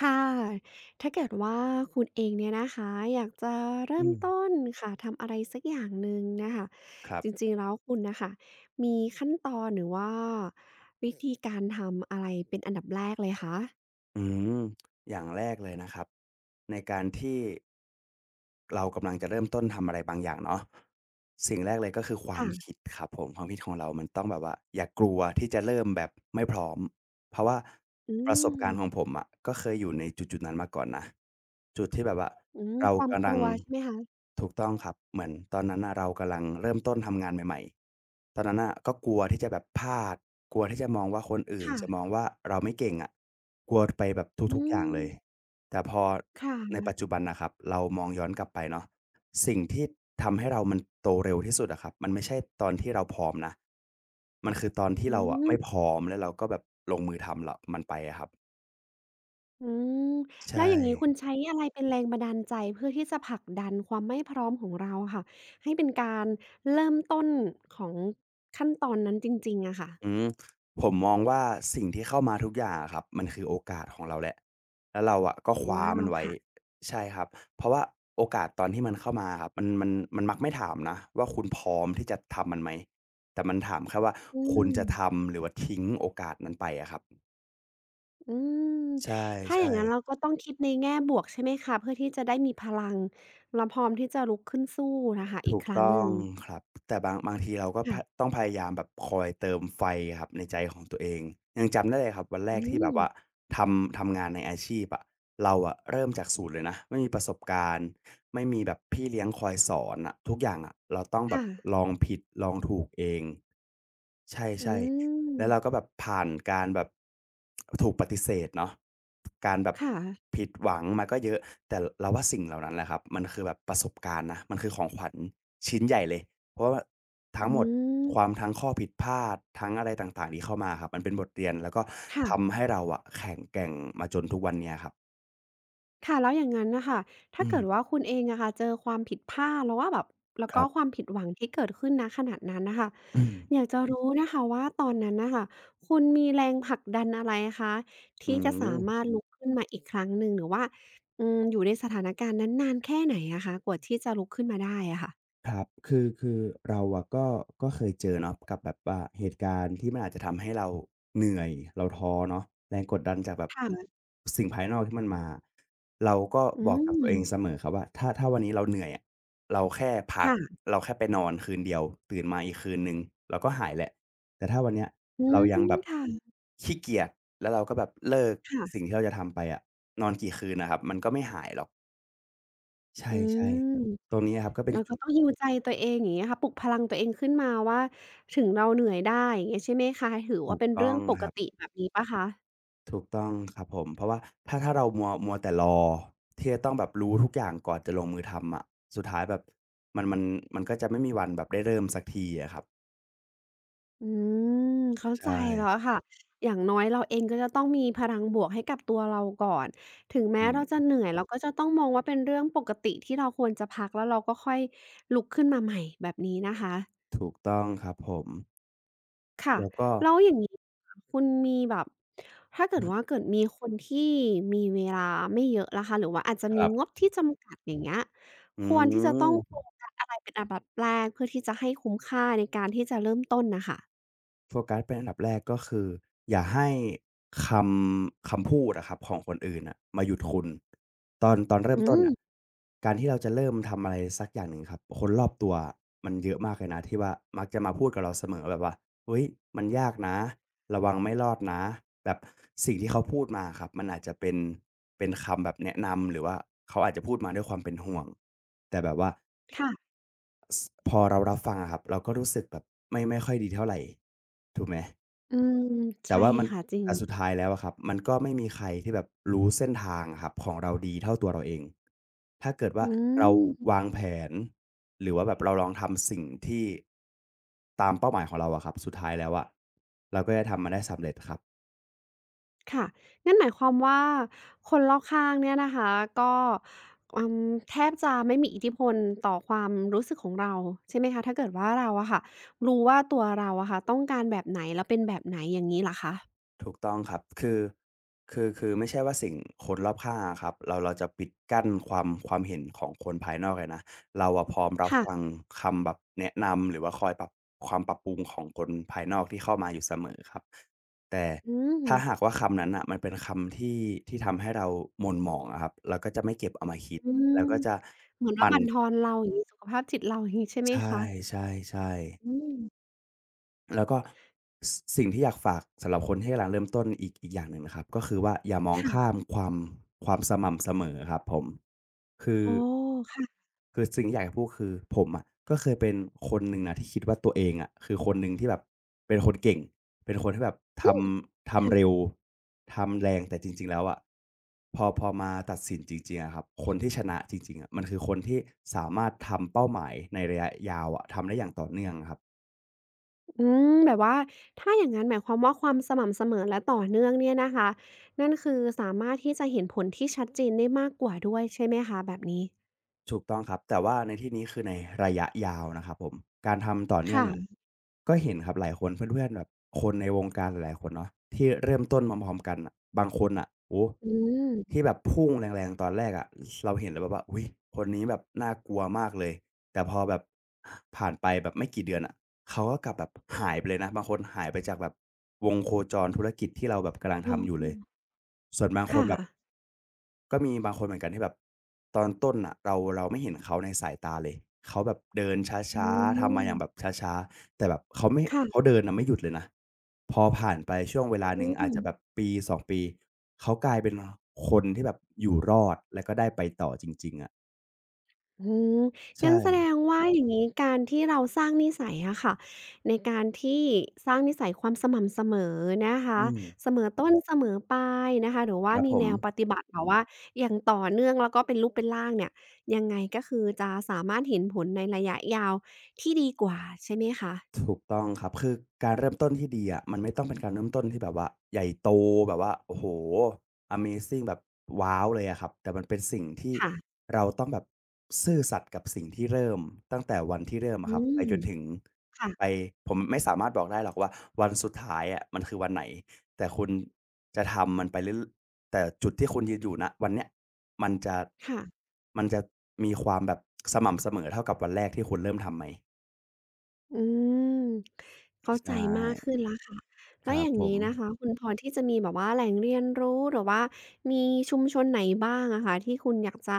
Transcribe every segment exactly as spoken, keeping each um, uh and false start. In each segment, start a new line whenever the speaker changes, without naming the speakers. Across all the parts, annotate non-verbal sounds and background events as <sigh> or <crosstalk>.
ค่ะ ถ้าเกิดว่าคุณเองเนี่ยนะคะ อยากจะเริ่
อื
ม
ม
ต้นค่ะ ทำอะไรสักอย่างหนึ่งนะคะ
ครับ
จริงๆ แล้วคุณน่ะค่ะมีขั้นตอนหรือว่าวิธีการทำอะไรเป็นอันดับแรกเลยคะ
อืมอย่างแรกเลยนะครับในการที่ เรากำลังจะเริ่มต้นทำอะไรบางอย่างเนาะสิ่งแรกเลยก็คือความ
ค่ะ
คิดครับผมความคิดของเรามันต้องแบบว่าอย่ากลัวที่จะเริ่มแบบไม่พร้อมเพราะว่า
อื
ประสบกา
ม
รณ์ของผมอะก็เคยอยู่ในจุดๆนั้นมาก่อนนะจุดที่แบบว่า
อืม
เรา
ความ
กำ
ก
ลัง
ลัวใช่ไหมคะ
ถูกต้องครับเหมือนตอนนั้นน่ะเรากำลังเริ่มต้นทำงานใหม่ๆตอนนั้นน่ะก็กลัวที่จะแบบพลาดกลัวที่จะมองว่าคนอื่นจะมอง
ค่ะ
ว่าเราไม่เก่งอะกลัวไปแบบ
อื
ทุกๆอย่างเลย
ม
แต่พอ
ค
ใน
่ะ
ปัจจุบันนะครับเรามองย้อนกลับไปเนาะสิ่งที่ทำให้เรามันโตเร็วที่สุดอะครับมันไม่ใช่ตอนที่เราพร้อมนะมันคือตอนที่
อื
เราอะ
ม
ไม่พร้อมแล้วเราก็แบบลงมือทำละมันไปอะครับ
อืมแล้ว
ใช่
อย่างนี้คุณใช้อะไรเป็นแรงบันดาลใจเพื่อที่จะผลักดันความไม่พร้อมของเราอะค่ะให้เป็นการเริ่มต้นของขั้นตอนนั้นจริงๆอะค่ะ
อืมผมมองว่าสิ่งที่เข้ามาทุกอย่างอะครับมันคือโอกาสของเราแหละแล้วเราอะก็คว้า
ว้า
มั
ว
นไว้
ค่ะ
ใช่ครับเพราะว่าโอกาสตอนที่มันเข้ามาครับมันมันมันมักไม่ถามนะว่าคุณพร้อมที่จะทำมันไหมแต่มันถามแค่ว่า
อื
คุณ
ม
จะทำหรือว่าทิ้งโอกาสนั้นไปอะครับ
อืม
ใช
ถ้าอย่า
่
งงั้นเรา
ๆ
ก็ต้องคิดในแง่บวกใช่ไหมคะเพื่อที่จะได้มีพลังเราพร้อมที่จะลุกขึ้นสู้น่ะค่ะอีก
ถูก
ครั้ง
ต้
ห
อ
นึ่
ง
ง
ครับแต่บางบางทีเราก็พะ
ค่ะ
ต้องพยายามแบบคอยเติมไฟอะครับในใจของตัวเองยังจำได้เลยครับวันแร
อื
กที่แบบ
ม
ว่าทำทำงานในอาชีพอะเราอะเริ่มจากศูนย์เลยนะไม่มีประสบการณ์ไม่มีแบบพี่เลี้ยงคอยสอนอะทุกอย่างอะเราต้องแบ
ค่ะ
บลองผิดลองถูกเองใช
อื
่ๆ แล้วเราก็
ม
แบบผ่านการแบบถูกปฏิเสธเนาะการแบบ
ค่ะ
ผิดหวังมาก็เยอะแต่เราว่าสิ่งเหล่านั้นแหละครับมันคือแบบประสบการณ์นะมันคือของขวัญชิ้นใหญ่เลยเพราะว่าทั้
อื
งหมด
ม
ความทั้งข้อผิดพลาดทั้งอะไรต่างๆที่เข้ามาครับมันเป็นบทเรียนแล้วก็
ค่ะ
ทำให้เราอะแข็งแกร่งมาจนทุกวันเนี้ยครับ
ค่ะแล้วอย่างงั้นน่ะค่ะ
อื
ถ้าเกิดว่า
ม
คุณเองอะค่ะเจอความผิดพลาดแล้วว่าแบบแล้ว
ค
ก็
รั
ความ
บ
ผิดหวังที่เกิดขึ้นณขณะนั้นน่ะค่ะ
อืม
อยากจะรู้นะคะว่าตอนนั้นน่ะค่ะคุณมีแรงผลักดันอะไรคะ
อื
ที่จะสา
ม
มารถลุกขึ้นมาอีกครั้งหนึ่งหรือว่าอืมอยู่ในสถานการณ์นั้นนานแค่ไหนอะคะกว่าที่จะลุกขึ้นมาได้อะค่ะ
ครับคือคือเราอะก็ก็เคยเจอเนาะกับแบบว่าเหตุการณ์ที่มันอาจจะทำให้เราเหนื่อยเราท้อเนาะแรงกดดันจากแบบ
ค่ะ
สิ่งภายนอกที่มันมาเราก็
อื
บอกกับตั
ม
วเองเสมอครับว่าถ้าถ้าวันนี้เราเหนื่อยอะเราแค่พัก
ค่ะ
เราแค่ไปนอนคืนเดียวตื่นมาอีกคืนหนึ่งเราก็หายแหละแต่ถ้าวันเนี้ย
อื
เรา
ม
ยังแบบ
ค่ะ
ขี้เกียจแล้วเราก็แบบเลิกสิ่ง
ค่ะ
ที่เราจะทำไปอะนอนกี่คืนน่ะครับมันก็ไม่หายหรอกใช
อื
่
ม
ๆตรงนี้อะครับก็เป็น
เราก็
จุด
ต้อง heal ใจตัวเองอย่างเงี้ยค่ะปลุกพลังตัวเองขึ้นมาว่าถึงเราเหนื่อยได้อย่างเงี้ยใช่ไหมคะถือว่า
ถูก
เป็นเรื่
ต้อ
อ
ง
งป
ค
ก
รับ
ติแบบนี้เปล่าคะ
ถูกต้องครับผมเพราะว่าถ้าถ้าเรามัวมัวแต่รอที่จะต้องแบบรู้ทุกอย่างก่อนจะลงมือทำอะสุดท้ายแบบมันมันมันก็จะไม่มีวันแบบได้เริ่มสักทีอะครับ
อืมเข้าใจ
ใช่
แล้วค่ะ อย่างน้อยเราเองก็จะต้องมีพลังบวกให้กับตัวเราก่อน ถึงแม้
อื
เราจะ
ม
เหนื่อยเราก็จะต้องมองว่าเป็นเรื่องปกติที่เราควรจะพักแล้วเราก็ค่อยลุกขึ้นมาใหม่แบบนี้นะคะ
ถูกต้องครับผม
ค่ะ
แล้วก็
แล้วอย่างนี้ค่ะคุณมีแบบถ้าเกิ
อื
ดว่า
ม
เกิดมีคนที่มีเวลาไม่เยอะล่ะคะหรือว่าอาจจะ
ค
มี
รั
งบ
บ
ที่จำกัดอย่างเงี้ย
อื
ควรที่จะต้องโฟ
ม
กัสอะไรเป็นอันดับแรกเพื่อที่จะให้คุ้มค่าในการที่จะเริ่มต้นน่ะค่ะ
โฟกัสเป็นอันดับแรกก็คืออย่าให้คำคำพูดอะครับของคนอื่นอ่ะมาหยุดคุณตอนตอนเริ่ม
อื
ต้นอ่ะ
ม
การที่เราจะเริ่มทำอะไรสักอย่างหนึ่งครับคนรอบตัวมันเยอะมากเลยนะที่ว่ามักจะมาพูดกับเราเสมอแบบว่าเฮ้ยมันยากนะระวังไม่รอดนะแบบสิ่งที่เขาพูดมาครับมันอาจจะเป็นเป็นคำแบบแนะนำหรือว่าเขาอาจจะพูดมาด้วยความเป็นห่วงแต่แบบว่า
ค่ะ
สพอเรารับฟังอะครับเราก็รู้สึกแบบไม่ไม่ค่อยดีเท่าไรถูกไหม
อืม
แต่
ใช่
ว่ามัน
ค่ะจริง
แต่สุดท้ายแล้วอะครับมันก็ไม่มีใครที่แบบรู้เส้นทางอะครับของเราดีเท่าตัวเราเองถ้าเกิดว่า
อื
เรา
ม
วางแผนหรือว่าแบบเราลองทำสิ่งที่ตามเป้าหมายของเราอะครับสุดท้ายแล้วอะเราก็จะทำมันได้สำเร็จครับ
ค่ะ นั่นหมายความว่าคนรอบข้างเนี่ยนะคะก็อืมแทบจะไม่มีอิทธิพลต่อความรู้สึกของเราใช่ไหมคะถ้าเกิดว่าเราอะค่ะรู้ว่าตัวเราอะค่ะต้องการแบบไหนแล้วเป็นแบบไหนอย่างงี้เหรอคะ
ถูกต้องครับคือคือคือไม่ใช่ว่าสิ่งคนรอบข้างอะครับเราเราจะปิดกั้นความความเห็นของคนภายนอกเลยนะเราอะพร้อมรับ
ค่ะ
ฟังคำแบบแนะนำหรือว่าคอยปรับความปรับปรุงของคนภายนอกที่เข้ามาอยู่เสมอครับแต่
อืม
ถ้าหากว่าคำนั้นน่ะมันเป็นคำที่ที่ทำให้เราหม่นหมองอะครับเราก็จะไม่เก็บเอามาคิด
อืม
แล้วก็จะ
เหมือน
ห
ว่า
มั่น
บั่นทอนเราอย่างงี้สุขภาพจิตเราอย่างงี้ใช่ไหม
ใช
คะ
่ๆๆ
อืม
แล้วก็สสิ่งที่อยากฝากสำหรับคนที่กำลังเริ่มต้นอีกอีกอย่างหนึ่งนะครับก็คือว่าอย่ามองข้า
ค่ะ
มความความสม่ำเสมอครับผมคือ
อ๋อค่ะ
คือสิ่งที่อยากจะพูดคือผมอะก็เคยเป็นคนหนึ่งนะที่คิดว่าตัวเองอะคือคนหนึ่งที่แบบเป็นคนเก่งเป็นคนที่แบบท
อืม
ำทำเร็
ค่ะ
วทำแรงแต่จริงๆแล้วอะพอพอมาตัดสินจริงๆอะครับคนที่ชนะจริงๆอะมันคือคนที่สามารถทำเป้าหมายในระยะยาวอะทำได้อย่างต่อเนื่องอะครับ
อืมแบบว่าถ้าอย่างนั้นหมายความว่าความสม่ำเสมอและต่อเนื่องเนี่ยนะคะนั่นคือสามารถที่จะเห็นผลที่ชัดเจนได้มากกว่าด้วยใช่ไหมคะแบบนี้
ถูกต้องครับแต่ว่าในที่นี้คือในระยะยาวนะครับผมการทำต่อเนื่องเนี่ย
ค่ะ
ก็เห็นครับหลายคนเพื่อนๆแบบคนในวงการหลายๆคนเนาะที่เริ่มต้นมาพร้อมๆกันน่ะบางคนน่ะโอ้โฮ
อืม
ที่แบบพุ่งแรงๆตอนแรกอะเราเห็นแล้วแบบว่าอุ๊ยคนนี้แบบน่ากลัวมากเลยแต่พอแบบผ่านไปแบบไม่กี่เดือนอะเขาก็กลับแบบหายไปเลยนะบางคนหายไปจากแบบวงโคจรธุรกิจที่เราแบบกำลัง
อ๋
ทำอยู่เลย
อ
ส่วนบางคน
ค่ะ
แบบ ก็มีบางคนเหมือนกันที่แบบตอนต้นน่ะเราเราไม่เห็นเขาในสายตาเลยเขาแบบเดิน
อื
ช้าๆทำ
ม
มาอย่างแบบช้าๆแต่แบบเขาไม่เขา
ค่ะ
เดินน่ะไม่หยุดเลยนะพอผ่านไปช่วงเว
อื
ลาหนึ่งอาจ
ม
จะแบบปสอสองปีเขากลายเป็นคนที่แบบอยู่รอดแล้วก็ได้ไปต่อจริงๆอะ
อืมงั้น
ใช่
แสดงว่าครับอย่างนี้การที่เราสร้างนิสัยอะค่ะในการที่สร้างนิสัยความสม่ำเสมอนะคะ
อืม
เสมอต้นเสมอปลายนะคะหรือ
ค
ว่า
รับ
มี
ผ
แน
ม
วปฏิบัติแบบว่าอย่างต่อเนื่องแล้วก็เป็นรูปเป็นร่างเนี่ยยังไงก็คือจะสามารถเห็นผลในระยะยาวที่ดีกว่าใช่ไหมคะ
ถูกต้องครับคือการเริ่มต้นที่ดีอะมันไม่ต้องเป็นการเริ่มต้นที่แบบว่าใหญ่โตแบบว่าโอ้โฮอเมซิงแบบว้าวเลยอะครับแต่มันเป็นสิ่งที่
ค่ะ
เราต้องแบบซื่อสัตย์กับสิ่งที่เริ่มตั้งแต่วันที่เริ่ม
อื
อะครับไป
ม
จนถึงไป
ค่ะ
ผมไม่สามารถบอกได้หรอกว่าวันสุดท้ายอะมันคือวันไหนแต่คุณจะทำมันไปเรื่อยๆแต่จุดที่คุณยืนอยู่ณวันเนี้ยมันจะ
ค่ะ
มันจะมีความแบบสม่ำเสมอเท่ากับวันแรกที่คุณเริ่มทำไหม
อืมเข้าใจ
ใช่
มากขึ้นแล้วค่ะ
ค
แล้ว
รั
อ
บ
ย่าง
ผม
นี้นะคะคุณพอที่จะมีแบบว่าแหล่งเรียนรู้หรือว่ามีชุมชนไหนบ้างอะคะที่คุณอยากจะ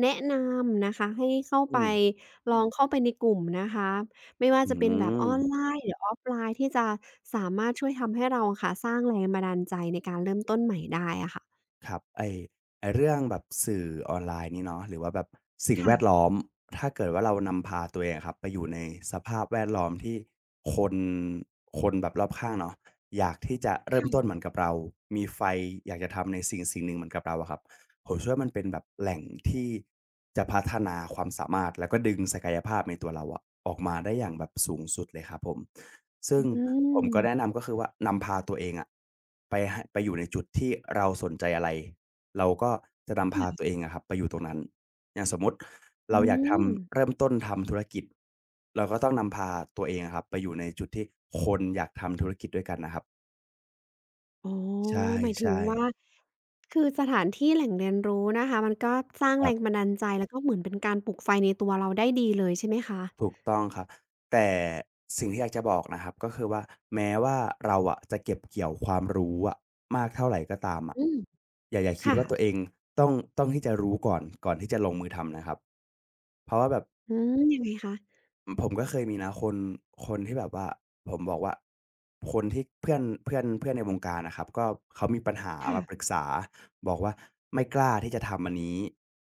แนะนำนะคะให้เข้า
อื
ไป
ม
ลองเข้าไปในกลุ่มนะคะไม่ว่า
อื
จะเป็นแบบอ
ม
อนไลน์หรือออฟไลน์ที่จะสามารถช่วยทำให้เราอะค่ะสร้างแรงบันดาลใจในการเริ่มต้นใหม่ได้อะค่ะ
ครับไอ้ไอ้เรื่องแบบสื่อออนไลน์นี่เนาะหรือว่าแบบสิ่งแวด
ค่ะ
ล้อมถ้าเกิดว่าเรานำพาตัวเองอะครับไปอยู่ในสภาพแวดล้อมที่คนคนแบบรอบข้างเนาะอยากที่จะเริ่มต้นเหมือนกับเรามีไฟอยากจะทำในสิ่งสิ่งหนึ่งเหมือนกับเราอะครับผมเชื่อว่ามันเป็นแบบแหล่งที่จะพัฒนาความสามารถแล้วก็ดึงศักยภาพในตัวเราอะออกมาได้อย่างแบบสูงสุดเลยครับผม ซึ่
อื
งผมก็แนะ
ม
นำก็คือว่านำพาตัวเองอะไปให้ไปอยู่ในจุดที่เราสนใจอะไรเราก็จะนำพาตัวเองอะครับไปอยู่ตรงนั้นอย่างสมมุติ
อื
เราอยากท
ม
ำเริ่มต้นทำธุรกิจเราก็ต้องนำพาตัวเองอะครับไปอยู่ในจุดที่คนอยากทำธุรกิจด้วยกันนะครับ
อ๋อ
ใช่
หมายถึง
ใช่
ว่าคือสถานที่แหล่งเรียนรู้นะคะมันก็สร้าง
ค
แร
รั
งบัน
บ
ดาลใจแล้วก็เหมือนเป็นการปลุกไฟในตัวเราได้ดีเลยใช่ไหมคะ
ถูกต้องครับแต่สิ่งที่อยากจะบอกนะครับก็คือว่าแม้ว่าเราอะจะเก็บเกี่ยวความรู้อะมากเท่าไรก็ตามอะ
อืม
อย่าอย่าคิด
ค่ะ
ว่าตัวเองต้องต้องที่จะรู้ก่อนก่อนที่จะลงมือทำนะครับเพราะว่าแบบ
อืมยังไงคะ
ผมก็เคยมีนะคนคนที่แบบว่าผมบอกว่าคนที่เพื่อนเพื่อนเพื่อนในวงการอะครับก็เขามีปัญหา
ค่ะ
มาปรึกษาบอกว่าไม่กล้าที่จะทำอันนี้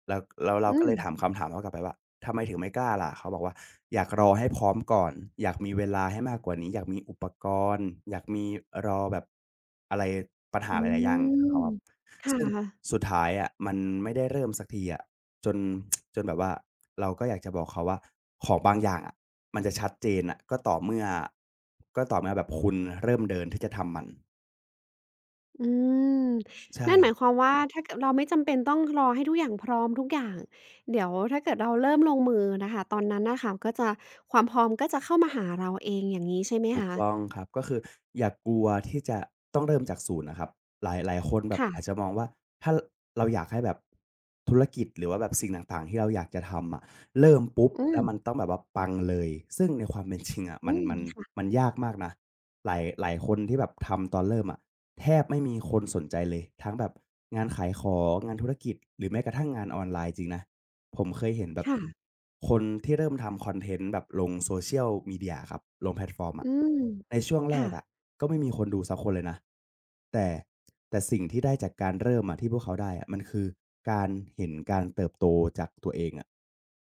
แล้วแล้วเรา
อื
ก็
ม
เลยถามคำถามเขากลับไปว่าทำไมถึงไม่กล้าล่ะเขาบอกว่าอยากรอให้พร้อมก่อนอยากมีเวลาให้มากกว่านี้อยากมีอุปกรณ์อยากมีรอแบบอะไรปัญหา
อื
หลายๆอย่างของเขาครับ
มค่ะ
ซึ่งสุดท้ายอะมันไม่ได้เริ่มสักทีอะ จน <tsk> จนแบบว่าเราก็อยากจะบอกเขาว่าของบางอย่างอะมันจะชัดเจนอ่ะก็ต่อเมื่อ ก็ต่อเมื่อแบบคุณเริ่มเดินที่จะทำมัน
อืม
ใช่
นั่นหมายความว่าถ้าเกิดเราไม่จำเป็นต้องรอให้ทุกอย่างพร้อมทุกอย่างเดี๋ยวถ้าเกิดเราเริ่มลงมือน่ะค่ะตอนนั้นน่ะค่ะก็จะความพร้อมก็จะเข้ามาหาเราเองอย่างงี้ใช่ไหม
ถูก
คะ
ต้องครับก็คืออย่ากลัวที่จะต้องเริ่มจากศูนย์นะครับหลายหลายคนแบบอาจจะ
ค่ะ
มองว่าถ้าเราอยากให้แบบธุรกิจหรือว่าแบบสิ่งต่างๆที่เราอยากจะทำอะเริ่มปุ๊บ
อื
แล้
ม
วมันต้องแบบว่าปังเลยซึ่งในความเป็นจริงอะมั
อื
น
ม
มันมันยากมากนะหลายหลายคนที่แบบทำตอนเริ่มอะแทบไม่มีคนสนใจเลยทั้งแบบงานขายของงานธุรกิจหรือแม้กระทั่งงานออนไลน์จริงนะ ผมเคยเห็นแบบ
ค่ะ
คนที่เริ่มทำคอนเทนต์แบบลง Social Media ครับลงแพลตฟอร์ม
อื
อะ
ม
ในช่วงแร
ค่ะ
กอะก็ไม่มีคนดูสักคนเลยนะแต่แต่สิ่งที่ได้จากการเริ่มอะที่พวกเขาได้อะมันคือการเห็นการเติบโตจากตัวเองอะ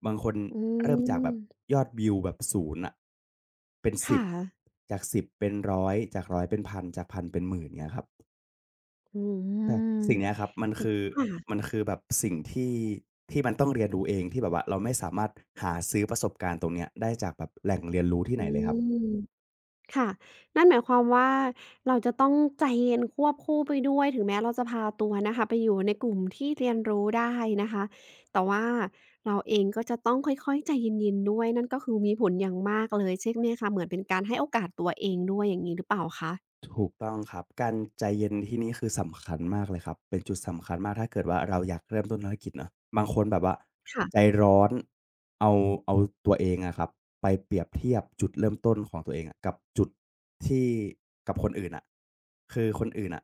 บางคน
อื
เริ่มจากแบบ
ม
ยอดวิวแบบศูนย์อะเป็นสิบ
ค่ะ
จากสิบเป็นร้อยจากร้อยเป็นพันจากพันเป็นหมื่นเงี้ยครับ
อื
ใช่
ม
สิ่งเนี้ยครับมันคือมัน
ค่ะ
คือแบบสิ่งที่ที่มันต้องเรียนรู้เองที่แบบว่าเราไม่สามารถหาซื้อประสบการณ์ตรงเนี้ยได้จากแบบแหล่งเรียนรู้ที่ไห
อื
นเลยครับ
มค่ะนั่นหมายความว่าเราจะต้องใจเย็นควบคู่ไปด้วยถึงแม้เราจะพาตัวนะคะไปอยู่ในกลุ่มที่เรียนรู้ได้นะคะแต่ว่าเราเองก็จะต้องค่อยๆใจเย็นๆด้วยนั่นก็คือมีผลอย่างมากเลยใช่ไหมคะเหมือนเป็นการให้โอกาสตัวเองด้วยอย่างงี้หรือเปล่าคะ
ถูกต้องครับการใจเย็นที่นี่คือสำคัญมากเลยครับเป็นจุดสำคัญมากถ้าเกิดว่าเราอยากเริ่มต้นธุรกิจเนาะบางคนแบบว่า
ค่ะ
ใจร้อนเอาเอาตัวเองอะครับไปเปรียบเทียบจุดเริ่มต้นของตัวเองอะกับจุดที่กับคนอื่นอะคือคนอื่นอะ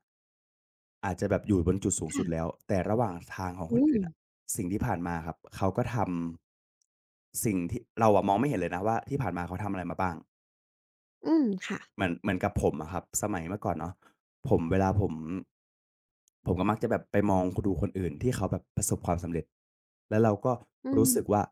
อาจจะแบบอยู่บนจุดสูงสุดแล้ว
ค่ะ
แต่ระหว่างทางของค
อื
น
ม
อื่นอะสิ่งที่ผ่านมาครับเขาก็ทำสิ่งที่เราอะมองไม่เห็นเลยนะว่าที่ผ่านมาเขาทำอะไรมาบ้าง
อืมค่ะ
เหมือนเหมือนกับผมอะครับสมัยเมื่อก่อนเนาะผมเวลาผมผมก็มักจะแบบไปมองคดูคนอื่นที่เขาแบบประสบความสำเร็จแล้วเราก็
อืม
รู้สึกว่า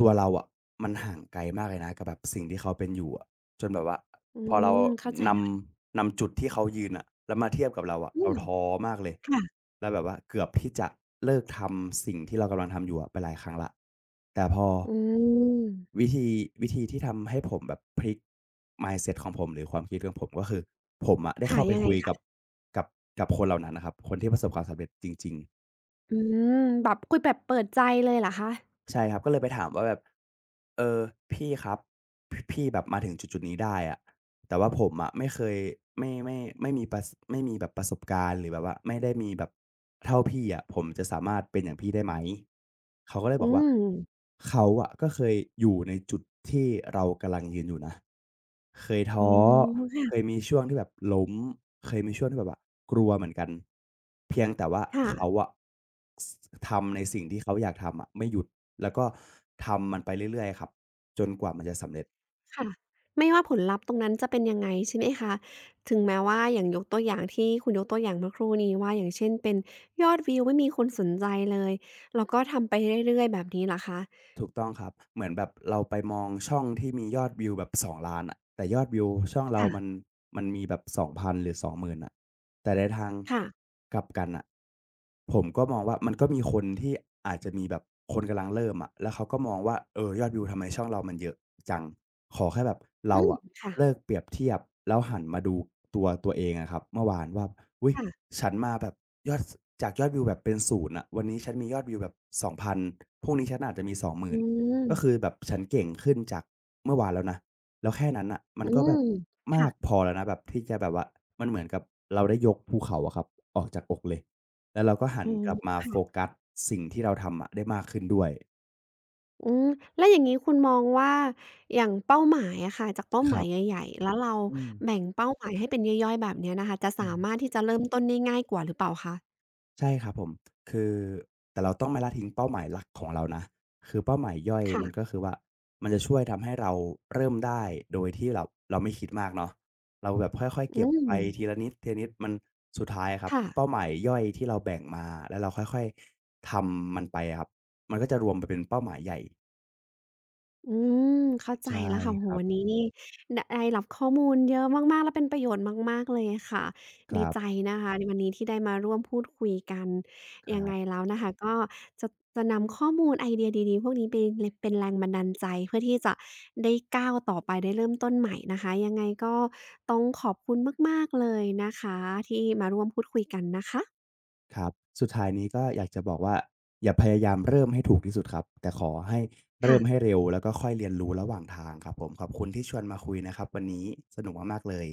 ตัวเราอะมันห่างไกลมากเลยนะกับแบบสิ่งที่เขาเป็นอยู่อะจนแบบว่า
อื
พอเรา
มเข้าใจ
น
แล้ว
ำนำจุดที่เขายืนอะแล้วมาเทียบกับเราอะ
อื
เรา
ม
ท้อมากเลย
ค่ะ
แล้วแบบว่าเกือบที่จะเลิกทำสิ่งที่เรากำลังทำอยู่อะไปหลายครั้งละแต่พอ
อืม
วิธีวิธีที่ทำให้ผมแบบพลิก mindset ของผมหรือความคิดของผมก็คือผมอะได้
ค่ะ
เข้าไป
ยังไง
คุยกับ
คะ
กับกับคนเหล่านั้นน่ะครับคนที่ประสบความสำเร็จจริง
อืมแบบคุยแบบเปิดใจเลยเหรอคะ
ๆใช่ครับก็เลยไปถามว่าแบบเออพี่ครับพพี่แบบมาถึงจุดๆนี้ได้อะ แต่ว่าผมอะไม่เคยไม่ไม่ไม่มีประสไม่มีแบบประสบการณ์หรือแบบว่าไม่ได้มีแบบเท่าพี่อะผมจะสามารถเป็นอย่างพี่ได้ไหมเขาก็เลยบอ
อื
กว่า
ม
เขาอะก็เคยอยู่ในจุดที่เรากำลังยืนอยู่นะเคย
อ๋
ท้อ
อ
เคยมีช่วงที่แบบล้มเคยมีช่วงที่แบบว่ากลัวเหมือนกันเพียงแต่ว่า
ค่ะ
เขาอะสทำในสิ่งที่เขาอยากทำอะไม่หยุดแล้วก็ทำมันไปเรื่อยๆครับจนกว่ามันจะสำเร็จ
ค่ะค่ะไม่ว่าผลลัพธ์ตรงนั้นจะเป็นยังไงใช่ไหมคะถึงแม้ว่าอย่างยกตัวอย่างที่คุณยกตัวอย่างเมื่อครู่นี้ว่าอย่างเช่นเป็นยอดวิวไม่มีคนสนใจเลยแล้วก็ทำไปเรื่อยๆแบบนี้เหรอคะ
ถูกต้องครับเหมือนแบบเราไปมองช่องที่มียอดวิวแบบสองล้านอะแต่ยอดวิวช่องเรา
ค่ะ
มันมันมีแบบสองพันหรือสอง ศูนย์ ศูนย์ ศูนย์นอะแต่ในทาง
ค่ะ
กลับกันน่ะผมก็มองว่ามันก็มีคนที่อาจจะมีแบบคนกำลังเริ่มอะแล้วเขาก็มองว่าเออยอดวิวทำไมช่องเรามันเยอะจังขอแค่แบบ
อื
เรา
ม
อะ
ค่ะ
เลิกเปรียบเทียบแล้วหันมาดูตัวตัวเองอะครับเมื่อวานว่าอุ๊ย
ค่ะ
ฉันมาแบบ ยอดสจากยอดวิวแบบเป็นศูนย์อะวันนี้ฉันมียอดวิวแบบสองศูนย์ ศูนย์ ศูนย์พรุ่งนี้ฉันอาจจะมี
อื
สองหมื่นก็คือ
ม
แบบฉันเก่งขึ้นจากเมื่อวานแล้วนะแล้วแค่นั้นน่ะมัน
อื
ก็แบบ
ม
มา
ค่ะ
กพอแล้วนะแบบที่จะแบบว่ามันเหมือนกับเราได้ยกภูเขาอะครับออกจากอกเลยแล้วเราก็หัน
อ๋อ
กลับมาโฟ
ค่ะ
กัสสิ่งที่เราทำอะได้มากขึ้นด้วย
อืมแล้วอย่างงี้คุณมองว่าอย่างเป้าหมายอะค่ะจากเป้า
ค
หมา
รั
ย
บ
ใหญ่ๆแล้วเรา
อืม
แบ่งเป้าหมายให้เป็นย่อยๆแบบเนี้ยนะคะจะ
อื
สามารถ
ม
ที่จะเริ่มต้นได้ง่ายกว่าหรือเปล่าคะ
ใช่ครับผมคือแต่เราต้องไม่ละทิ้งเป้าหมายหลักของเรานะคือเป้าหมายย่อยมันก็
ค่ะ
คือว่ามันจะช่วยทำให้เราเริ่มได้โดยที่เราเราไม่คิดมากเนาะเราแบบค่อยๆ
อื
เก็บ
ม
ไปทีละนิดทีละนิดมันสุดท้ายอะครับ
ค่ะ
เป้าหมายย่อยที่เราแบ่งมาแล้วเราค่อยๆทำมันไปอะครับมันก็จะรวมไปเป็นเป้าหมายใหญ่
อืมเข้าใจ
ใช่
แล้วค่ะ
ค
โห
รับ
วันนี้นี่ไดได้รับข้อมูลเยอะมากๆและเป็นประโยชน์มากๆเลยค่ะ
ค
ดี
รั
ใจ
บ
นะคะในวันนี้ที่ได้มาร่วมพูดคุยกัน
ค
ยั
รั
งไง
บ
แล้วนะคะก็จะจะนำข้อมูลไอเดียดีๆพวกนี้ไปลเป็นแรงบันดาลใจเพื่อที่จะได้ก้าวต่อไปได้เริ่มต้นใหม่นะคะยังไงก็ต้องขอบคุณมากๆเลยนะคะที่มาร่วมพูดคุยกันนะคะ
ครับสุดท้ายนี้ก็อยากจะบอกว่าอย่าพยายามเริ่มให้ถูกที่สุดครับแต่ขอให้
ค่ะ
เริ่มให้เร็วแล้วก็ค่อยเรียนรู้ระหว่างทางครับผมขอบคุณที่ชวนมาคุยนะครับวันนี้สนุกมากๆเลย